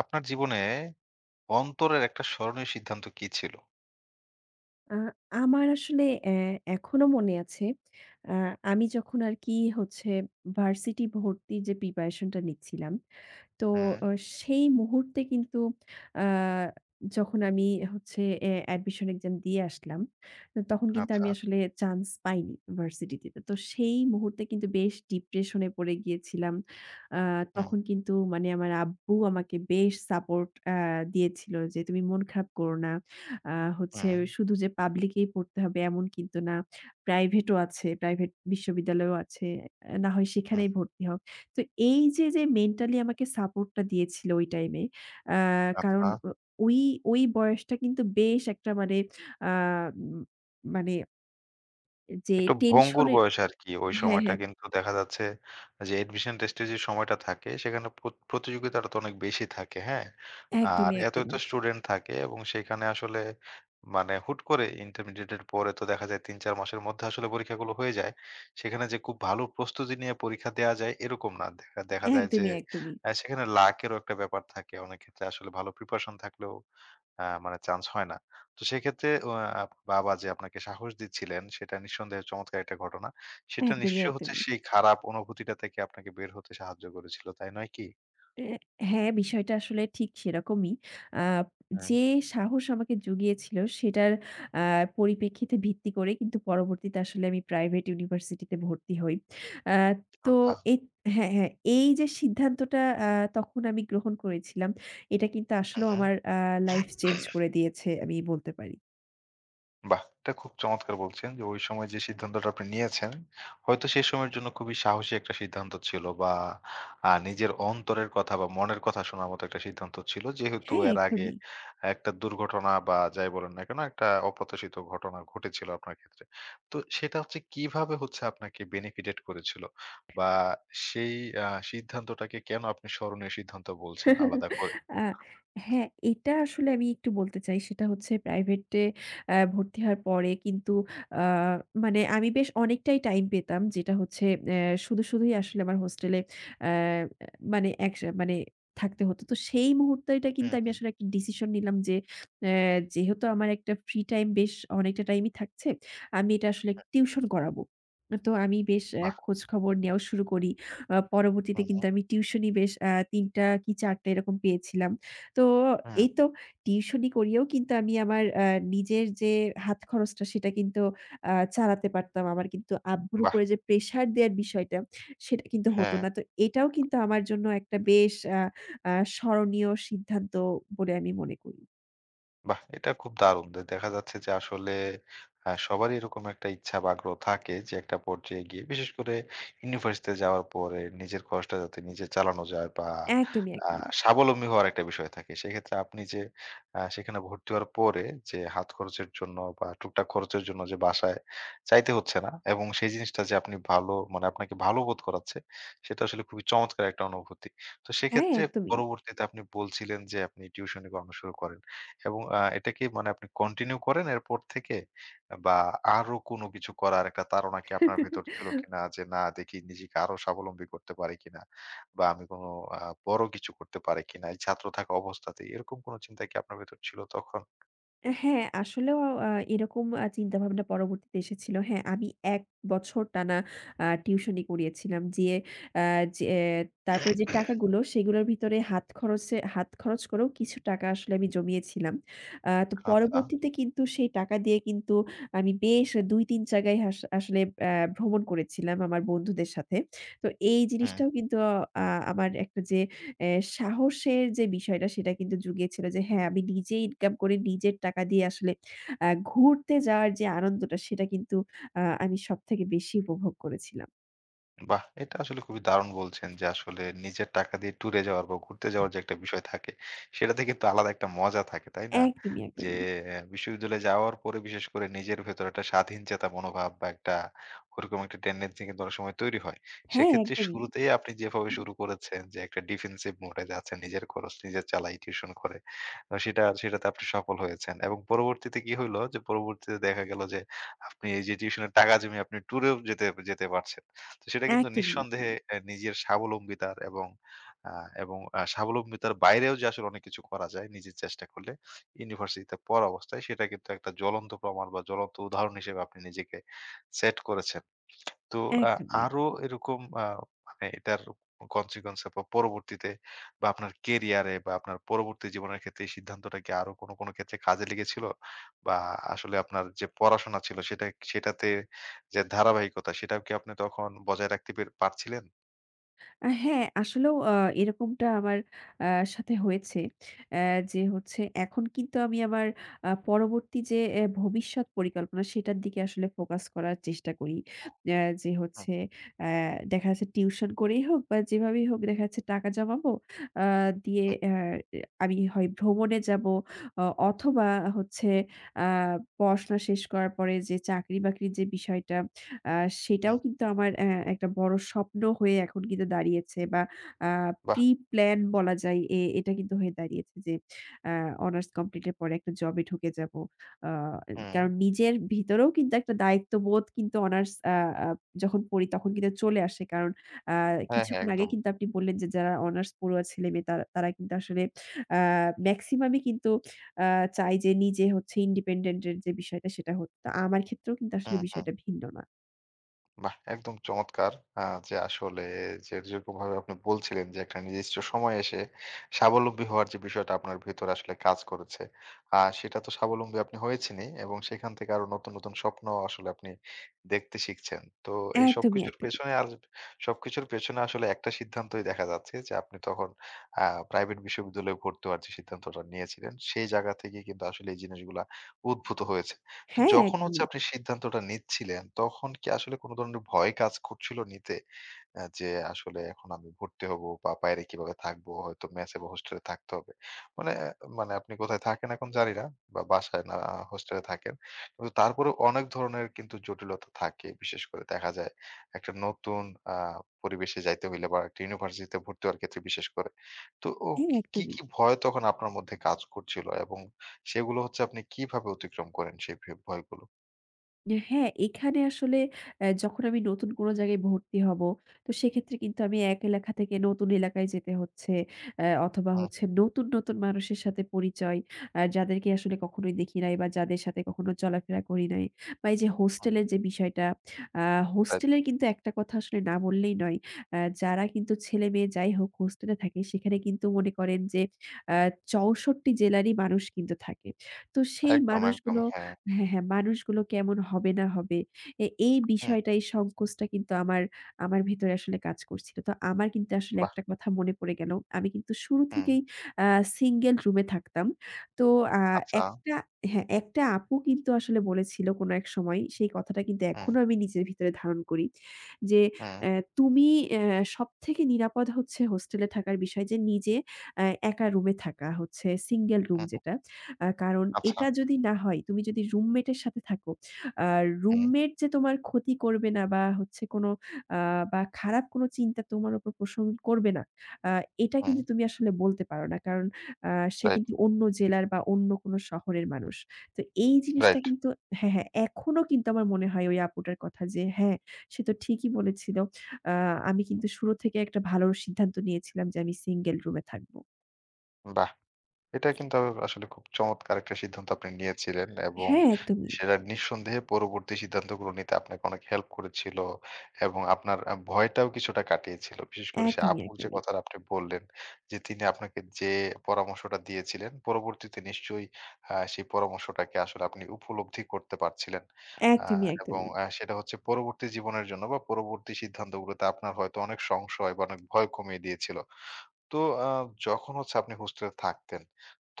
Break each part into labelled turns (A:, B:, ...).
A: আপনার জীবনে অন্তরের একটা স্মরণীয় সিদ্ধান্ত কি ছিল?
B: আ আমার আসলে এখনো মনে আছে। আ আমি যখন আরকি হচ্ছে ভার্সিটি ভর্তির যে প্রিপারেশনটা নিচ্ছিলাম, তো
A: হুম,
B: অ সেই মুহূর্তে কিন্তু আ যখন আমি হচ্ছে অ্যাডমিশন এক্সাম দিয়ে আসলাম, তো তখন কিন্তু
A: আচ্ছা।
B: আমি আসলে চান্স পাইনি ভার্সিটিতে। তো সেই মুহূর্তে কিন্তু বেশ ডিপ্রেশন এ পড়ে গিয়েছিলাম। আ
A: হুম,
B: তখন কিন্তু মানে আমার আব্বু আমাকে বেশ সাপোর্ট দিয়েছিল যে, "তুমি মন খারাপ করো না। আ হচ্ছে
A: হুম,
B: শুধু যে পাবলিকেই পড়তে হবে এমন কিন্তু না। প্রাইভেটও আছে, প্রাইভেট বিশ্ববিদ্যালয়ও আছে। না হয় সেখানেই
A: হুম,
B: ভর্তি হও।" তো এই যে, যে মেন্টালি আমাকে সাপোর্টটা দিয়েছিল ওই টাইমে, আ কারণ
A: আচ্ছা।
B: ওই, ওই বয়সটা কিন্তু বেশ একটা মানে আ উম মানে যে
A: একটু ভঙ্গুর
B: টেনশনের।
A: বয়স আরকি। ওই
B: হ্যাঁ,
A: সময়টা
B: হ্যাঁ।
A: কিন্তু দেখা যাচ্ছে যে এডমিশন টেস্টের যে সময়টা থাকে সেখানে প্রতিযোগিতাটা তো অনেক বেশি থাকে, হ্যাঁ? আর
B: একদমই,
A: এত
B: একদমই।
A: স্টুডেন্ট থাকে এবং সেখানে আসলে মানে হুট করে ইন্টারমিডিয়েট এর পরে তো দেখা যায় ৩-৪ মাসের মধ্যে আসলে পরীক্ষাগুলো হয়ে যায়। সেখানে যে খুব ভালো প্রস্তুতি নিয়ে পরীক্ষা দেয়া যায় এরকম না। দেখা দেখা যায় যে
B: একদমই, একদমই।
A: সেখানে লাক এরও একটা ব্যাপার থাকে। অনেক ক্ষেত্রে আসলে ভালো প্রিপারেশন থাকলেও মানে চান্স হয় না। তো সেক্ষেত্রে অ আপ বাবা যে আপনাকে সাহস দিচ্ছিলেন সেটা নিঃসন্দেহে চমৎকার একটা ঘটনা। সেটা
B: একদমই,
A: নিশ্চয়ই হচ্ছে
B: একদমই।
A: সেই খারাপ অনুভূতিটা থেকে আপনাকে বের হতে সাহায্য করেছিল। তাই নয় কি?
B: অ্যা হ্যাঁ, বিষয়টা আসলে ঠিক সেরকমই। আ
A: হুম।
B: যে সাহস আমাকে জুগিয়েছিল সেটার আ পরিপ্রেক্ষিতে ভিত্তি করে কিন্তু পরবর্তীতে আসলে আমি প্রাইভেট ইউনিভার্সিটিতে ভর্তি হই। আ তো
A: আচ্ছা।
B: এই, হ্যাঁ, হ্যাঁ, এই যে সিদ্ধান্তটা আ তখন আমি গ্রহণ করেছিলাম, এটা কিন্তু
A: হু,
B: আসলেও আমার লাইফ চেঞ্জ
A: হু।
B: করে দিয়েছে আমি বলতে পারি।
A: বাহ! এটা খুব চমৎকার বলছেন যে, ওই সময় যে সিদ্ধান্তটা আপনি নিয়েছেন, হয়তো সেই সময়ের জন্য খুবই সাহসী একটা সিদ্ধান্ত ছিল বা নিজের অন্তরের কথা বা মনের কথা শোনার মতো একটা সিদ্ধান্ত ছিল। যেহেতু
B: হ্যাঁ,
A: এর আগে
B: একদমই।
A: একটা দুর্ঘটনা বা যাই বলেন না কেন, একটা অপ্রত্যাশিত ঘটনা ঘটেছিল আপনার ক্ষেত্রে। তো সেটা হচ্ছে কিভাবে হচ্ছে আপনাকে বেনিফিটেড করেছিল? বা সেই আ সিদ্ধান্তটাকে কেন আপনি স্মরণীয় সিদ্ধান্ত বলছেন আলাদা করে?
B: আ হ্যাঁ, এটা আসলে আমি একটু বলতে চাই। সেটা হচ্ছে প্রাইভেটে ভর্তি হওয়ার পরে কিন্তু আ মানে আমি বেশ অনেকটাই টাইম পেতাম। যেটা হচ্ছে অ্যা শুধুই আসলে আমার হোস্টেলে আ মানে মানে থাকতে হতো। তো সেই মুহূর্তেটা কিন্তু
A: হুম,
B: আমি
A: হুম।
B: আসলে একটা ডিসিশন নিলাম যে, অ্যা যেহেতু আমার একটা ফ্রি টাইম বেশ অনেকটা টাইমই থাকছে, আমি এটা আসলে টিউশন করাবো। তো আমি বেশ
A: বাহ!
B: খোঁজখবর নেওয়া শুরু করি। পরবর্তীতে কিন্তু
A: হুম,
B: আমি টিউশনি বেশ ৩ টা কি ৪ টা এরকম পেয়েছিলাম। তো
A: হুম।
B: এই তো টিউশনি করিয়েও কিন্তু আমি আমার নিজের যে হাত খরচটা সেটা কিন্তু চালাতে পারতাম। আমার কিন্তু আব্বুর
A: বাহ!
B: উপরে যে প্রেশার দেয়ার বিষয়টা সেটা কিন্তু হতো
A: হ্যাঁ।
B: না। তো এটাও কিন্তু আমার জন্য একটা বেশ আ আ স্মরণীয় সিদ্ধান্ত বলে আমি মনে করি।
A: বাহ! এটা খুব দারুণ। যে দেখা যাচ্ছে যে আসলে সবারই এরকম একটা ইচ্ছা বা আগ্রহ থাকে যে একটা পর্যায়ে গিয়ে বিশেষ করে ইউনিভার্সিটিতে যাওয়ার পরে নিজের খরচটা যাতে নিজে চালানো যায় বা
B: একদমই,
A: আ
B: একদমই।
A: স্বাবলম্বী হওয়ার একটা বিষয় থাকে। সেক্ষেত্রে আপনি যে সেখানে ভর্তি হওয়ার পরে যে হাত খরচের জন্য বা টুকটাক খরচের জন্য যে বাসায় চাইতে হচ্ছে না এবং সেই জিনিসটা যে আপনি ভালো মানে আপনাকে ভালো বোধ করাচ্ছে সেটা আসলে খুবই চমৎকার একটা অনুভূতি। তো
B: হ্যাঁ,
A: সেক্ষেত্রে
B: একদমই।
A: পরবর্তীতে আপনি বলছিলেন যে আপনি টিউশনি করানো শুরু করেন। এবং এটা কি মানে আপনি কন্টিনিউ করেন এরপর থেকে? বা আরো কোনো কিছু করার একটা তাড়না কি আপনার ভেতর ছিল কিনা? যে না দেখি নিজেকে আরো স্বাবলম্বী করতে পারি কিনা? বা আমি কোনো আ বড় কিছু করতে পারি কিনা এই ছাত্র থাকা অবস্থাতেই? এরকম কোনো চিন্তা কি আপনার ভেতর ছিল তখন?
B: হ্যাঁ, আসলেও আ এরকম চিন্তাভাবনা পরবর্তীতে এসেছিল। হ্যাঁ, আমি ১ বছর টানা টিউশনি করিয়েছিলাম। যেয়ে আ যে আহ, তারপরে যে টাকাগুলো সেগুলোর ভিতরে হাত খরচ করেও কিছু টাকা আসলে আমি জমিয়েছিলাম। তো
A: আচ্ছা।
B: পরবর্তীতে কিন্তু সেই টাকা দিয়ে কিন্তু আমি বেশ ২-৩ জায়গায় আসলে আ ভ্রমণ করেছিলাম আমার বন্ধুদের সাথে। তো এই
A: হুম।
B: জিনিসটাও কিন্তু আ আমার একটা যে সাহসের যে বিষয়টা সেটা কিন্তু জুগিয়েছিল যে হ্যাঁ, আমি নিজেই ইনকাম করে নিজের টাকা দিয়ে আসলে ঘুরতে যাওয়ার যে আনন্দটা সেটা কিন্তু আমি সবথেকে বেশি উপভোগ করেছিলাম।
A: বাহ! এটা আসলে খুবই দারুণ বলছেন যে আসলে নিজের টাকা দিয়ে ট্যুরে যাওয়ার বা ঘুরতে যাওয়ার যে একটা বিষয় থাকে, সেটাতে কিন্তু আলাদা একটা মজা থাকে, তাই না?
B: একদমই,
A: যে
B: একদমই।
A: বিশ্ববিদ্যালয়ে যাওয়ার পরে বিশেষ করে নিজের ভেতরে একটা স্বাধীনচেতা মনোভাব বা একটা ওরকম একটা টেন্ডেন্সি কিন্তু অনেক সময় তৈরি হয়।
B: হ্যাঁ,
A: সেক্ষেত্রে
B: একদমই।
A: শুরুতেই আপনি যেভাবে শুরু করেছেন যে একটা ডিফেন্সিভ মোডে যাচ্ছেন, নিজের খরচ নিজে চালাই টিউশন করে। তো সেটা সেটাতে আপনি সফল হয়েছেন এবং পরবর্তীতে কি হইলো যে পরবর্তীতে দেখা গেল যে আপনি এই যে টিউশনের টাকা জমিয়ে আপনি ট্যুরেও যেতে যেতে পারছেন। তো সেটা কিন্তু
B: একদমই,
A: নিঃসন্দেহে নিজের স্বাবলম্বিতার আ এবং স্বাবলম্বিতার বাইরেও যে আসলে অনেক কিছু করা যায় নিজে চেষ্টা করলে, ইউনিভার্সিটিতে পড়া অবস্থায় সেটা কিন্তু একটা জ্বলন্ত প্রমাণ বা জ্বলন্ত উদাহরণ হিসেবে আপনি নিজেকে সেট করেছেন। তো আ
B: একদমই।
A: আরো এরকম মানে এটার consequence বা পরবর্তীতে বা আপনার ক্যারিয়ারে বা আপনার পরবর্তী জীবনের ক্ষেত্রে এই সিদ্ধান্তটা কি আরো কোনো, কোনো ক্ষেত্রে কাজে লেগেছিল? বা আসলে আপনার যে পড়াশোনা ছিল সেটা সেটাতে যে ধারাবাহিকতা সেটাও কি আপনি তখন বজায় রাখতে পারছিলেন?
B: হ্যাঁ, আসলেও এরকমটা আমার আ সাথে হয়েছে। অ্যা যে হচ্ছে এখন কিন্তু আমি আমার পরবর্তী যে ভবিষ্যৎ পরিকল্পনা সেটার দিকে আসলে ফোকাস করার চেষ্টা করি। যে
A: হুম,
B: হচ্ছে অ্যা দেখা যাচ্ছে টিউশন করেই হোক বা যেভাবেই হোক দেখা যাচ্ছে টাকা জমাবো। আ দিয়ে
A: হুম,
B: এ আমি হয় ভ্রমণে যাবো, অ অথবা হচ্ছে আ পড়াশোনা শেষ করার পরে যে চাকরি-বাকরির যে বিষয়টা, আ সেটাও
A: হুম।
B: কিন্তু আমার একটা বড় স্বপ্ন হয়ে এখন কিন্তু দাঁড়িয়েছে, বা আ
A: বাহ!
B: প্রি-প্ল্যান বলা যায়, এটা কিন্তু হয়ে দাঁড়িয়েছে যে আ অনার্স কমপ্লিটের পরে একটা জবে ঢুকে যাব। আ
A: হুম।
B: কারণ নিজের ভিতরেও কিন্তু একটা দায়িত্ববোধ কিন্তু অনার্স আ আ যখন পড়ি তখন কিন্তু চলে আসে। কারণ আ
A: হ্যাঁ, হ্যাঁ
B: কিছুক্ষণ আগে
A: একদম।
B: কিন্তু আপনি বললেন যে যারা অনার্স পড়ুয়া ছেলেমেয়ে তারা তারা কিন্তু আসলে আ মেক্সিমামই কিন্তু আ চায় যে নিজে হচ্ছে ইন্ডিপেন্ডেন্ট এর যে বিষয়টা সেটা হোক। তো আমার ক্ষেত্রেও কিন্তু আসলে
A: হুম, হুম।
B: বিষয়টা ভিন্ন না।
A: বাহ! একদম চমৎকার। আ যে আসলে যে যেরকমভাবে আপনি বলছিলেন যে একটা নির্দিষ্ট সময়ে এসে স্বাবলম্বী হওয়ার যে বিষয়টা আপনার ভেতরে আসলে কাজ করেছে। সেটা তো স্বাবলম্বী আপনি হয়েছেনই এবং সেখান থেকে আরো নতুন, নতুন স্বপ্ন আসলে আপনি দেখতে শিখছেন। তো এই
B: একদমই,
A: সবকিছুর
B: একদমই।
A: পেছনে আর সবকিছুর পেছনে আসলে একটা সিদ্ধান্তই দেখা যাচ্ছে যে আপনি তখন আ প্রাইভেট বিশ্ববিদ্যালয়ে ভর্তি হওয়ার যে সিদ্ধান্তটা নিয়েছিলেন, সেই জায়গা থেকে কিন্তু আসলে এই জিনিসগুলা উদ্ভূত হয়েছে। তো
B: হ্যাঁ,
A: যখন হচ্ছে
B: একদমই।
A: আপনি সিদ্ধান্তটা নিচ্ছিলেন, তখন কি আসলে কোন ধরনের ভয় কাজ করছিল নিতে? যে আসলে এখন আমি ভর্তি হব বা বাইরে কিভাবে থাকবো? হয়তো মেসে বা হোস্টেলে থাকতে হবে। মানে মানে আপনি কোথায় থাকেন এখন জানি না বা বাসায় না হোস্টেলে থাকেন। কিন্তু তারপরেও অনেক ধরনের কিন্তু জটিলতা থাকে। বিশেষ করে দেখা যায় একটা নতুন আ পরিবেশে যাইতে হইলে বা একটা ইউনিভার্সিটিতে ভর্তি হওয়ার ক্ষেত্রে বিশেষ করে। তো
B: হ্যাঁ,
A: কি,
B: একদমই।
A: কি ভয় তখন আপনার মধ্যে কাজ করছিল? এবং সেগুলো হচ্ছে আপনি কিভাবে অতিক্রম করেন সেই ভয়গুলো?
B: হ্যাঁ, এখানে আসলে যখন আমি নতুন কোনো জায়গায় ভর্তি হব, তো সেক্ষেত্রে কিন্তু আমি এক এলাকা থেকে নতুন এলাকায় যেতে হচ্ছে। অথবা
A: হুম,
B: হচ্ছে
A: হুম,
B: নতুন, নতুন মানুষের সাথে পরিচয়, যাদেরকে আসলে কখনোই দেখি নাই বা যাদের সাথে কখনো চলাফেরা করি নাই। বা এই যে
A: হুম।
B: হোস্টেলের যে বিষয়টা, আ
A: রাইট।
B: হোস্টেলের কিন্তু একটা কথা আসলে না বললেই নয়। যারা কিন্তু ছেলে-মেয়ে যাই হোক হোস্টেলে থাকে, সেখানে কিন্তু মনে করেন যে আ ৬৪ জেলারই মানুষ কিন্তু থাকে। তো সেই
A: একদম, একদম।
B: মানুষগুলো
A: হ্যাঁ।
B: হ্যাঁ, হ্যাঁ, মানুষগুলো কেমন হবে না হবে, এই
A: হুম,
B: বিষয়টা, এই সংকোচটা কিন্তু আমার ভেতরে আসলে কাজ করছিল। তো আমার কিন্তু আসলে
A: বাহ!
B: একটা কথা মনে পড়ে গেল। আমি কিন্তু শুরু
A: হুম,
B: থেকেই আ সিঙ্গেল রুমে থাকতাম। তো আ
A: আচ্ছা।
B: একটা হ্যাঁ, একটা আপু কিন্তু আসলে বলেছিল কোনো এক সময়, সেই কথাটা কিন্তু
A: হুম,
B: এখনো আমি নিজের ভিতরে ধারণ করি। যে,
A: হুম,
B: তুমি, সবথেকে নিরাপদ হচ্ছে হোস্টেলে থাকার বিষয় যে নিজে একা রুমে থাকা, হচ্ছে সিঙ্গেল রুম
A: হুম।
B: যেটা। কারণ
A: আচ্ছা।
B: এটা যদি না হয়, তুমি যদি রুমমেটের সাথে থাকো, আ
A: হুম,
B: রুমমেট যে তোমার ক্ষতি করবে না বা হচ্ছে কোনো আ বা খারাপ কোনো চিন্তা তোমার উপর পোষণ করবে না, আ এটা
A: হুম।
B: কিন্তু তুমি আসলে বলতে পারো না। কারণ আ সে
A: রাইট,
B: কিন্তু অন্য জেলার বা অন্য কোনো শহরের মানুষ। তো এই জিনিসটা
A: রাইট।
B: কিন্তু হ্যাঁ, হ্যাঁ, এখনো কিন্তু আমার মনে হয় ওই আপুটার কথা যে হ্যাঁ, সে তো ঠিকই বলেছিল। আ আমি কিন্তু শুরু থেকে একটা ভালো সিদ্ধান্ত নিয়েছিলাম যে আমি সিঙ্গেল রুমে থাকবো।
A: বাহ! এটা কিন্তু আসলে খুব চমৎকার একটা সিদ্ধান্ত আপনি নিয়েছিলেন এবং
B: হ্যাঁ, একদমই।
A: সেটা নিঃসন্দেহে পরবর্তী সিদ্ধান্তগুলো নিতে আপনাকে অনেক হেল্প করেছিল এবং আপনার ভয়টাও কিছুটা কাটিয়েছিল। বিশেষ করে সে
B: একদমই,
A: আপুর যে
B: একদমই।
A: কথাটা আপনি বললেন যে, তিনি আপনাকে যে পরামর্শটা দিয়েছিলেন, পরবর্তীতে নিশ্চয়ই সেই পরামর্শটাকে আসলে আপনি উপলব্ধি করতে পারছিলেন। আ
B: একদমই,
A: এবং
B: একদমই।
A: আ সেটা হচ্ছে পরবর্তী জীবনের জন্য বা পরবর্তী সিদ্ধান্তগুলোতে আপনার হয়তো অনেক সংশয় বা অনেক ভয় কমিয়ে দিয়েছিল। তো আ যখন হচ্ছে আপনি হোস্টেলে থাকতেন,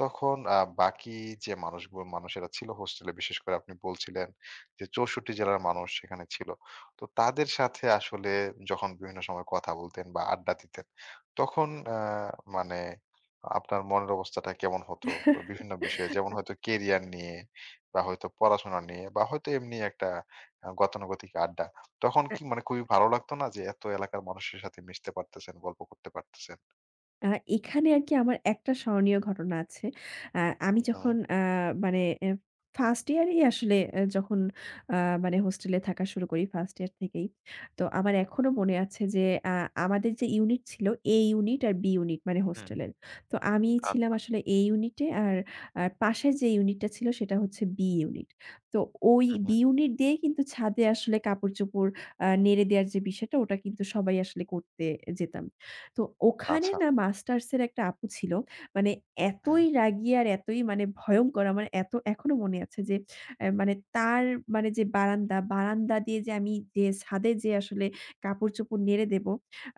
A: তখন বাকি যে মানুষেরা ছিল হোস্টেলে বিশেষ করে আপনি বলছিলেন যে ৬৪ জেলার মানুষ সেখানে ছিল। তো তাদের সাথে আসলে যখন বিভিন্ন সময় কথা বলতেন বা আড্ডা দিতেন, তখন আ মানে আপনার মনের অবস্থাটা কেমন হতো? বিভিন্ন বিষয়ে যেমন হয়তো কেরিয়ার নিয়ে বা হয়তো পড়াশোনা নিয়ে বা হয়তো এমনি একটা গতানুগতিক আড্ডা। তখন কি মানে খুবই ভালো লাগতো না যে এত এলাকার মানুষের সাথে মিশতে পারতেছেন, গল্প করতে পারতেছেন?
B: আ এখানে আরকি আমার একটা স্মরণীয় ঘটনা আছে। আ আমি
A: হুম,
B: যখন মানে এ 1st ইয়ারেই আসলে যখন আ মানে হোস্টেলে থাকা শুরু করি 1st ইয়ার থেকেই। তো আমার এখনো মনে আছে যে আ আমাদের যে ইউনিট ছিল, A ইউনিট আর B ইউনিট মানে
A: হুম,
B: হোস্টেলের। তো আমি ছিলাম
A: আচ্ছা।
B: আসলে A ইউনিটে, আর পাশের যে ইউনিটটা ছিল সেটা হচ্ছে B ইউনিট। তো ওই
A: হুম,
B: B
A: হুম,
B: ইউনিট দিয়েই কিন্তু ছাদে আসলে কাপড়-চোপড় নেড়ে দেওয়ার যে বিষয়টা, ওটা কিন্তু সবাই আসলে করতে যেতাম। তো ওখানে
A: আচ্ছা।
B: না মাস্টার্সের একটা আপু ছিল। মানে
A: হুম,
B: এতই রাগী আর এতই মানে ভয়ংকর, আমার এত এখনো মনে আছে যে মানে তার মানে যে বারান্দা, বারান্দা দিয়ে যে আমি যে ছাদে যেয়ে আসলে কাপড়-চোপড় নেড়ে দেবো,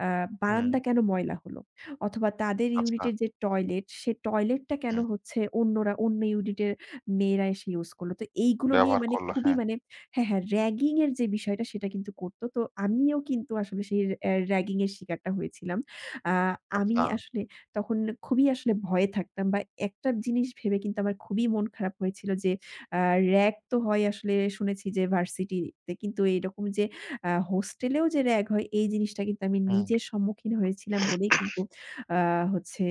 B: আ
A: হুম,
B: বারান্দা কেন ময়লা হলো? অথবা তাদের
A: আচ্ছা।
B: ইউনিটের যে টয়লেট, সে টয়লেটটা কেন
A: হুম,
B: হচ্ছে অন্যরা, অন্য ইউনিটের মেয়েরা এসে ইউজ করলো? তো এইগুলো নিয়ে
A: ব্যবহার
B: মানে
A: করল।
B: খুবই
A: হ্যাঁ,
B: মানে, হ্যাঁ, হ্যাঁ, র‍্যাগিং এর যে বিষয়টা সেটা কিন্তু করত। তো আমিও কিন্তু আসলে সেই র‍্যাগিং এর শিকারটা হয়েছিলাম। আ আমি
A: আচ্ছা।
B: আসলে তখন খুবই আসলে ভয়ে থাকতাম, বা একটা জিনিস ভেবে কিন্তু আমার খুবই মন খারাপ হয়েছিল যে, আ র‍্যাগ তো হয় আসলে শুনেছি যে ভার্সিটিতে, কিন্তু এরকম যে হোস্টেলেও যে র‍্যাগ হয়, এই জিনিসটা কিন্তু আমি
A: হুম,
B: নিজের সম্মুখীন হয়েছিলাম বলেই কিন্তু আ হচ্ছে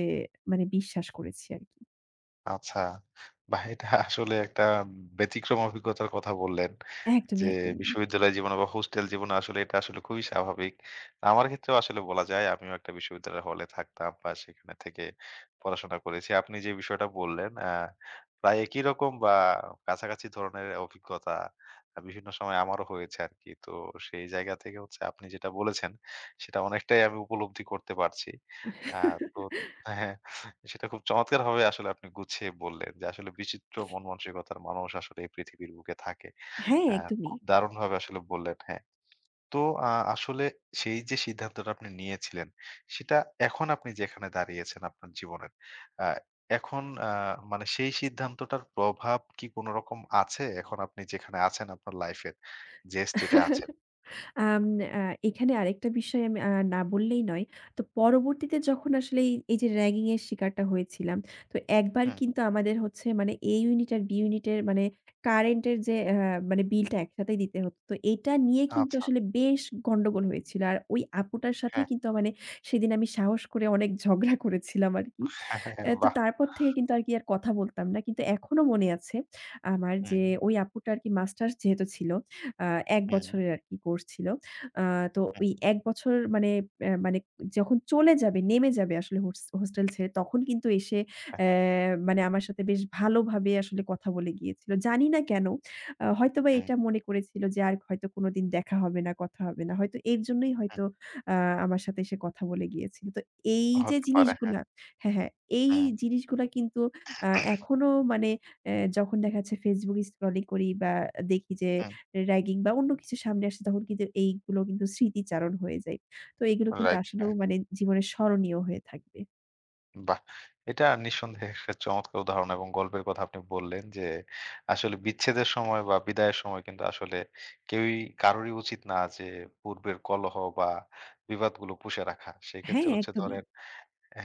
B: মানে বিশ্বাস করেছি আরকি।
A: আচ্ছা। বাহ! এটা আসলে একটা ব্যতিক্রম অভিজ্ঞতার কথা বললেন। যে
B: একদমই, একদমই।
A: বিশ্ববিদ্যালয় জীবনে বা হোস্টেল জীবনে আসলে এটা আসলে খুবই স্বাভাবিক। আমার ক্ষেত্রেও আসলে বলা যায় আমিও একটা বিশ্ববিদ্যালয়ের হলে থাকতাম বা সেখানে থেকে পড়াশোনা করেছি। আপনি যে বিষয়টা বললেন প্রায় একই রকম বা কাছাকাছি ধরনের অভিজ্ঞতা বিভিন্ন সময় আমারও হয়েছে আরকি। তো সেই জায়গা থেকে হচ্ছে আপনি যেটা বলেছেন সেটা অনেকটাই আমি উপলব্ধি করতে পারছি। আ তো হ্যাঁ, সেটা খুব চমৎকারভাবে আসলে আপনি গুছিয়ে বললেন যে আসলে বিচিত্র মন মানসিকতার মানুষ আসলে এই পৃথিবীর বুকে থাকে।
B: হ্যাঁ,
A: হ্যাঁ,
B: একদমই।
A: খুব দারুণভাবে আসলে বললেন। হ্যাঁ। তো আসলে সেই যে সিদ্ধান্তটা আপনি নিয়েছিলেন, সেটা এখন আপনি যেখানে দাঁড়িয়েছেন আপনার জীবনের, আ এখন মানে সেই সিদ্ধান্তটার প্রভাব কি কোন রকম আছে? এখন আপনি যেখানে আছেন আপনার লাইফ এর যে স্টেটে আছেন?
B: আম আ এখানে আরেকটা বিষয় আমি না বললেই নয়। তো পরবর্তীতে যখন আসলে এই যে ragging এর শিকারটা হয়েছিলাম, তো একবার
A: হুম,
B: কিন্তু আমাদের হচ্ছে মানে A ইউনিট আর B ইউনিটের মানে কারেন্ট এর যে মানে বিলটা একসাথেই দিতে হতো। তো এটা নিয়ে কিন্তু
A: আচ্ছা।
B: আসলে বেশ গন্ডগোল হয়েছিল। আর ওই আপুটার সাথে
A: হ্যাঁ,
B: কিন্তু মানে সেদিন আমি সাহস করে অনেক ঝগড়া করেছিলাম আরকি।
A: হ্যাঁ, হ্যাঁ, হ্যাঁ,
B: তো
A: বাহ!
B: তারপর থেকে কিন্তু আরকি আর কথা বলতাম না। কিন্তু এখনো মনে আছে আমার
A: হুম,
B: যে ওই আপুটা আরকি মাস্টার্স যেহেতু ছিল, আ ১
A: হুম,
B: বছরের আরকি কোর্স ছিল। আ তো
A: হুম,
B: ওই ১ বছর, মানে মানে যখন চলে যাবে, নেমে যাবে আসলে হোস্টেল ছেড়ে, তখন কিন্তু এসে
A: হ্যাঁ,
B: মানে আমার সাথে বেশ ভালোভাবে আসলে কথা বলে গিয়েছিল। জানি না কেন। হয়তোবা
A: হুম,
B: এটা মনে করেছিল যে আর হয়তো কোনোদিন দেখা হবে না, কথা হবে না। হয়তো এর জন্যই
A: হুম।
B: হয়তো আ আমার সাথে এসে কথা বলে গিয়েছিল। তো এই যে
A: হতে পারে, হ্যাঁ।
B: জিনিসগুলা হ্যাঁ, হ্যাঁ। এই
A: হুম,
B: জিনিসগুলা কিন্তু আ এখনো মানে যখন দেখা যাচ্ছে Facebook scrolling করি, বা দেখি যে
A: হুম,
B: র‍্যাগিং বা অন্য কিছু সামনে আসে, তখন কিন্তু এইগুলো কিন্তু স্মৃতিচারণ হয়ে যায়। তো এগুলো কিন্তু
A: রাইট, হ্যাঁ।
B: আসলেও মানে জীবনে স্মরণীয় হয়ে থাকবে।
A: বাহ! এটা নিঃসন্দেহে একটা চমৎকার উদাহরণ এবং গল্পের কথা আপনি বললেন যে, আসলে বিচ্ছেদের সময় বা বিদায়ের সময় কিন্তু আসলে কেউই কারোরই উচিত না যে পূর্বের কলহ বা বিবাদগুলো পুষে রাখা। সেক্ষেত্রে
B: হ্যাঁ,
A: হচ্ছে
B: একদমই।
A: ধরেন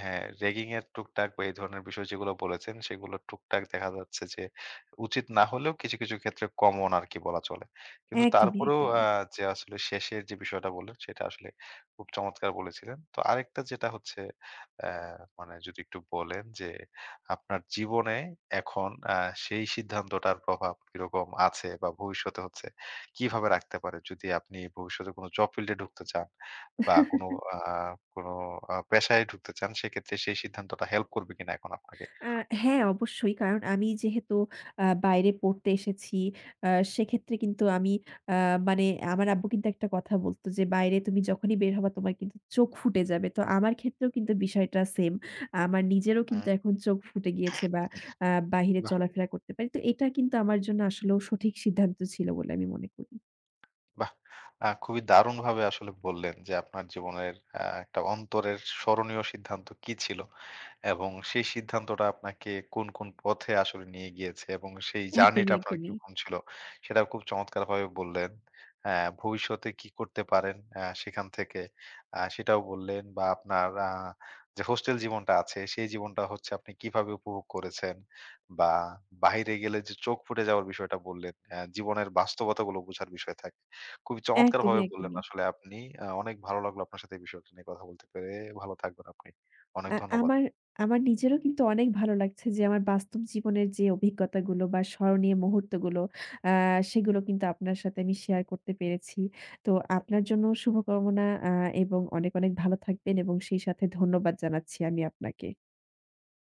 A: হ্যাঁ, রেগিং এর টুকটাক বা এই ধরনের বিষয় যেগুলো বলেছেন, সেগুলো টুকটাক দেখা যাচ্ছে যে উচিত না হলেও কিছু, কিছু ক্ষেত্রে কমন আরকি বলা চলে। কিন্তু
B: একদমই,
A: তারপরেও
B: একদমই।
A: যে আসলে শেষের যে বিষয়টা বললেন, সেটা আসলে খুব চমৎকার বলেছিলেন। তো আরেকটা যেটা হচ্ছে অ্যা মানে যদি একটু বলেন যে আপনার জীবনে এখন সেই সিদ্ধান্তটার প্রভাব কিরকম আছে বা ভবিষ্যতে হচ্ছে কিভাবে রাখতে পারে? যদি আপনি ভবিষ্যতে কোনো জব ফিল্ড এ ঢুকতে চান বা কোনো আ কোনো পেশায় ঢুকতে চান, সেক্ষেত্রে সেই সিদ্ধান্তটা হেল্প করবে কিনা এখন আপনাকে?
B: আ হ্যাঁ, অবশ্যই। কারণ আমি যেহেতু বাইরে পড়তে এসেছি, আ সেক্ষেত্রে কিন্তু আমি, আ মানে, আমার আব্বু কিন্তু একটা কথা বলতো যে, "বাইরে তুমি যখনই বের হবা তোমার কিন্তু চোখ ফুটে যাবে।" তো আমার ক্ষেত্রেও কিন্তু বিষয়টা সেম। আমার নিজেরও
A: হুম।
B: কিন্তু এখন চোখ ফুটে গিয়েছে, বা আ বাহিরে চলাফেরা করতে পারি। তো এটা কিন্তু আমার জন্য আসলেও সঠিক সিদ্ধান্ত ছিল বলে আমি মনে করি।
A: বাহ! খুবই দারুণভাবে আসলে বললেন যে আপনার জীবনের একটা অন্তরের স্মরণীয় সিদ্ধান্ত কি ছিল এবং সেই সিদ্ধান্তটা আপনাকে কোন, কোন পথে আসলে নিয়ে গিয়েছে এবং সেই জার্নিটা
B: একদমই,
A: আপনার
B: একদমই।
A: কিরকম ছিল সেটা খুব চমৎকারভাবে বললেন। অ্যা ভবিষ্যতে কি করতে পারেন সেখান থেকে সেটাও বললেন বা আপনার যে হোস্টেল জীবনটা আছে সেই জীবনটা হচ্ছে আপনি কিভাবে উপভোগ করেছেন বা বাহিরে গেলে যে চোখ ফুটে যাওয়ার বিষয়টা বললেন, জীবনের বাস্তবতাগুলো বোঝার বিষয় থাকে। খুবই
B: একদমই,
A: চমৎকারভাবে বললেন
B: একদমই।
A: আসলে আপনি। অনেক ভালো লাগলো আপনার সাথে এই বিষয়টা নিয়ে কথা বলতে পেরে। ভালো থাকবেন আপনি। অনেক
B: আ
A: ধন্যবাদ।
B: আমার আমার নিজেরও কিন্তু অনেক ভালো লাগছে যে আমার বাস্তব জীবনের যে অভিজ্ঞতাগুলো বা স্মরণীয় মুহূর্তগুলো, আ সেগুলো কিন্তু আপনার সাথে আমি শেয়ার করতে পেরেছি। তো আপনার জন্য শুভকামনা, আ এবং অনেক, অনেক ভালো থাকবেন এবং সেই সাথে ধন্যবাদ জানাচ্ছি আমি আপনাকে।